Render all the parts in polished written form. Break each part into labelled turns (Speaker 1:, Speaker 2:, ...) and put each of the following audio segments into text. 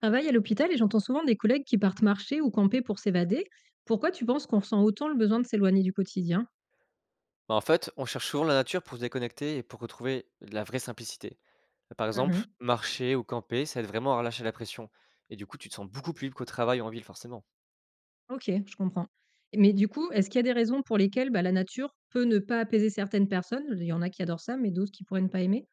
Speaker 1: Travaille à l'hôpital et j'entends souvent des collègues qui partent marcher ou camper pour s'évader. Pourquoi tu penses qu'on ressent autant le besoin de s'éloigner du quotidien?
Speaker 2: Bah, en fait, on cherche souvent la nature pour se déconnecter et pour retrouver de la vraie simplicité. Par exemple,
Speaker 1: Mhm.
Speaker 2: marcher ou camper, ça aide vraiment à relâcher la pression. Et du coup, tu te sens beaucoup plus libre qu'au travail ou en ville, forcément.
Speaker 1: Ok, je comprends. Mais du coup, est-ce qu'il y a des raisons pour lesquelles bah, la nature peut ne pas apaiser certaines personnes? Il y en a qui adorent ça, mais d'autres qui pourraient ne pas aimer.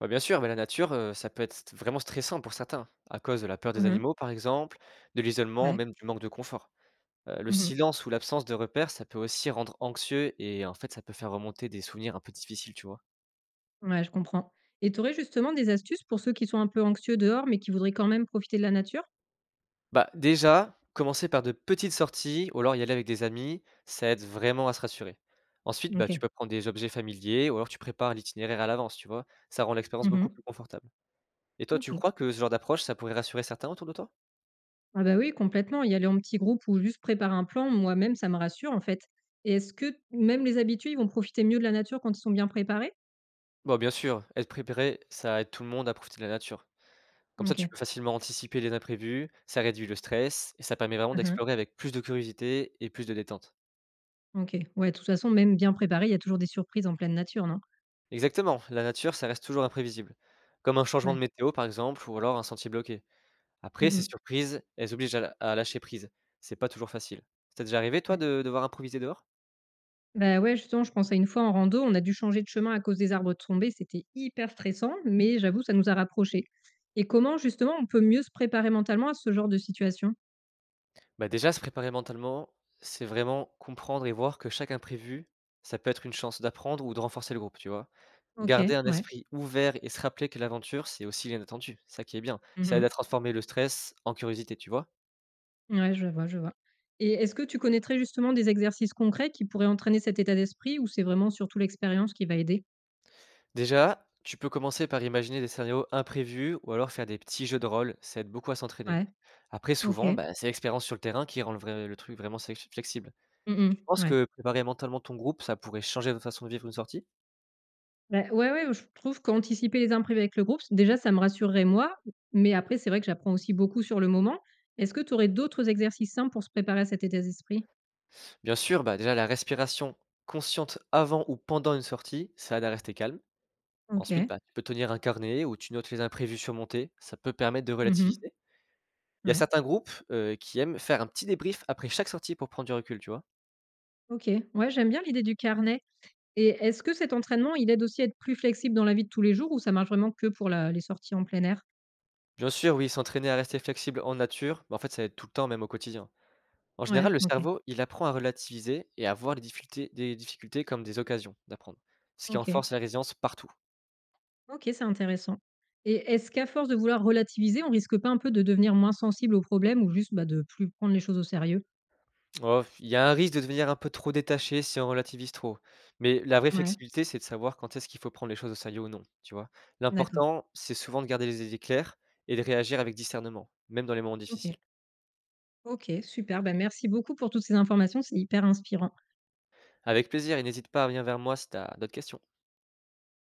Speaker 2: Bah, bien sûr, mais la nature, ça peut être vraiment stressant pour certains, à cause de la peur des
Speaker 1: Mhm.
Speaker 2: animaux, par exemple, de l'isolement,
Speaker 1: Ouais.
Speaker 2: même du manque de confort. Le
Speaker 1: Mhm.
Speaker 2: silence ou l'absence de repères, ça peut aussi rendre anxieux et en fait, ça peut faire remonter des souvenirs un peu difficiles, tu vois.
Speaker 1: Ouais, je comprends. Et tu aurais justement des astuces pour ceux qui sont un peu anxieux dehors, mais qui voudraient quand même profiter de la nature?
Speaker 2: Bah, déjà, commencer par de petites sorties ou alors y aller avec des amis, ça aide vraiment à se rassurer. Ensuite, bah, tu
Speaker 1: Ok.
Speaker 2: peux prendre des objets familiers ou alors tu prépares l'itinéraire à l'avance, tu vois? Ça rend l'expérience beaucoup plus
Speaker 1: Mhm.
Speaker 2: confortable. Et toi, tu
Speaker 1: Ok.
Speaker 2: crois que ce genre d'approche, ça pourrait rassurer certains autour de toi?
Speaker 1: Ah bah oui, complètement. Y aller en petit groupe ou juste préparer un plan, moi-même, ça me rassure en fait. Et est-ce que même les habitués, ils vont profiter mieux de la nature quand ils sont bien préparés?
Speaker 2: Bon, bien sûr, être préparé, ça aide tout le monde à profiter de la nature. Comme ça, tu
Speaker 1: OK.
Speaker 2: peux facilement anticiper les imprévus, ça réduit le stress et ça permet vraiment
Speaker 1: Mmh.
Speaker 2: d'explorer avec plus de curiosité et plus de détente.
Speaker 1: OK. Ouais, de toute façon, même bien préparé il y a toujours des surprises en pleine nature, non?
Speaker 2: Exactement, la nature, ça reste toujours imprévisible, comme un changement de
Speaker 1: Ouais.
Speaker 2: météo par exemple, ou alors un sentier bloqué. Après,
Speaker 1: Mmh
Speaker 2: ces
Speaker 1: mh.
Speaker 2: surprises, elles obligent à lâcher prise. C'est pas toujours facile. Ça t'est déjà arrivé, toi,
Speaker 1: Ouais.
Speaker 2: de devoir improviser dehors?
Speaker 1: Bah ouais, justement, je pense à une fois en rando, on a dû changer de chemin à cause des arbres tombés. C'était hyper stressant, mais j'avoue, ça nous a rapprochés. Et comment, justement, on peut mieux se préparer mentalement à ce genre de situation?
Speaker 2: Bah, déjà, se préparer mentalement, c'est vraiment comprendre et voir que chaque imprévu, ça peut être une chance d'apprendre ou de renforcer le groupe, tu vois? Garder
Speaker 1: OK,
Speaker 2: un
Speaker 1: ouais.
Speaker 2: esprit ouvert et se rappeler que l'aventure, c'est aussi l'inattendu. Ça qui est bien. Ça aide
Speaker 1: Mmh.
Speaker 2: à transformer le stress en curiosité, tu vois?
Speaker 1: Ouais, je vois, je vois. Et est-ce que tu connaîtrais justement des exercices concrets qui pourraient entraîner cet état d'esprit ou c'est vraiment surtout l'expérience qui va aider?
Speaker 2: Déjà, tu peux commencer par imaginer des scénarios imprévus ou alors faire des petits jeux de rôle. Ça aide beaucoup à s'entraîner.
Speaker 1: Ouais,
Speaker 2: Après, souvent,
Speaker 1: OK.
Speaker 2: bah, c'est l'expérience sur le terrain qui rend le truc vraiment flexible.
Speaker 1: Mmh mh,
Speaker 2: Tu penses
Speaker 1: ouais.
Speaker 2: que préparer mentalement ton groupe, ça pourrait changer votre façon de vivre une sortie?
Speaker 1: Bah, ouais, ouais, je trouve qu'anticiper les imprévus avec le groupe, c déjà ça me rassurerait moi, mais après c'est vrai que j'apprends aussi beaucoup sur le moment. Est-ce que tu aurais d'autres exercices simples pour se préparer à cet état d'esprit?
Speaker 2: Bien sûr, bah, déjà la respiration consciente avant ou pendant une sortie, ça aide à rester calme. Ensuite,
Speaker 1: OK.
Speaker 2: bah, tu peux tenir un carnet où tu notes les imprévus surmontés, ça peut permettre de relativiser.
Speaker 1: Mmh
Speaker 2: Il y a
Speaker 1: ouais.
Speaker 2: certains groupes, qui aiment faire un petit débrief après chaque sortie pour prendre du recul, tu vois?
Speaker 1: OK. Ouais, j'aime bien l'idée du carnet et est-ce que cet entraînement, il aide aussi à être plus flexible dans la vie de tous les jours ou ça marche vraiment que pour la les sorties en plein air?
Speaker 2: Bien sûr, oui, s'entraîner à rester flexible en nature, bah, en fait, ça aide tout le temps, même au quotidien. En
Speaker 1: Ouais,
Speaker 2: général, le
Speaker 1: OK,
Speaker 2: cerveau, il apprend à relativiser et à voir les difficultés des difficultés comme des occasions d'apprendre, ce qui
Speaker 1: OK.
Speaker 2: renforce la résilience partout.
Speaker 1: OK, c'est intéressant. Et est-ce qu'à force de vouloir relativiser, on risque pas un peu de devenir moins sensible aux problèmes ou juste, bah, de plus prendre les choses au sérieux?
Speaker 2: Oh, il y a un risque de devenir un peu trop détaché si on relativise trop. Mais la vraie
Speaker 1: Ouais,
Speaker 2: flexibilité, c'est de savoir quand est-ce qu'il faut prendre les choses au sérieux ou non, tu vois?
Speaker 1: d'accord.
Speaker 2: L'important, c'est souvent de garder les idées claires et de réagir avec discernement, même dans les moments difficiles.
Speaker 1: OK. OK, super. Bah, merci beaucoup pour toutes ces informations, c'est hyper inspirant.
Speaker 2: Avec plaisir et n'hésite pas à venir vers moi si tu as d'autres questions.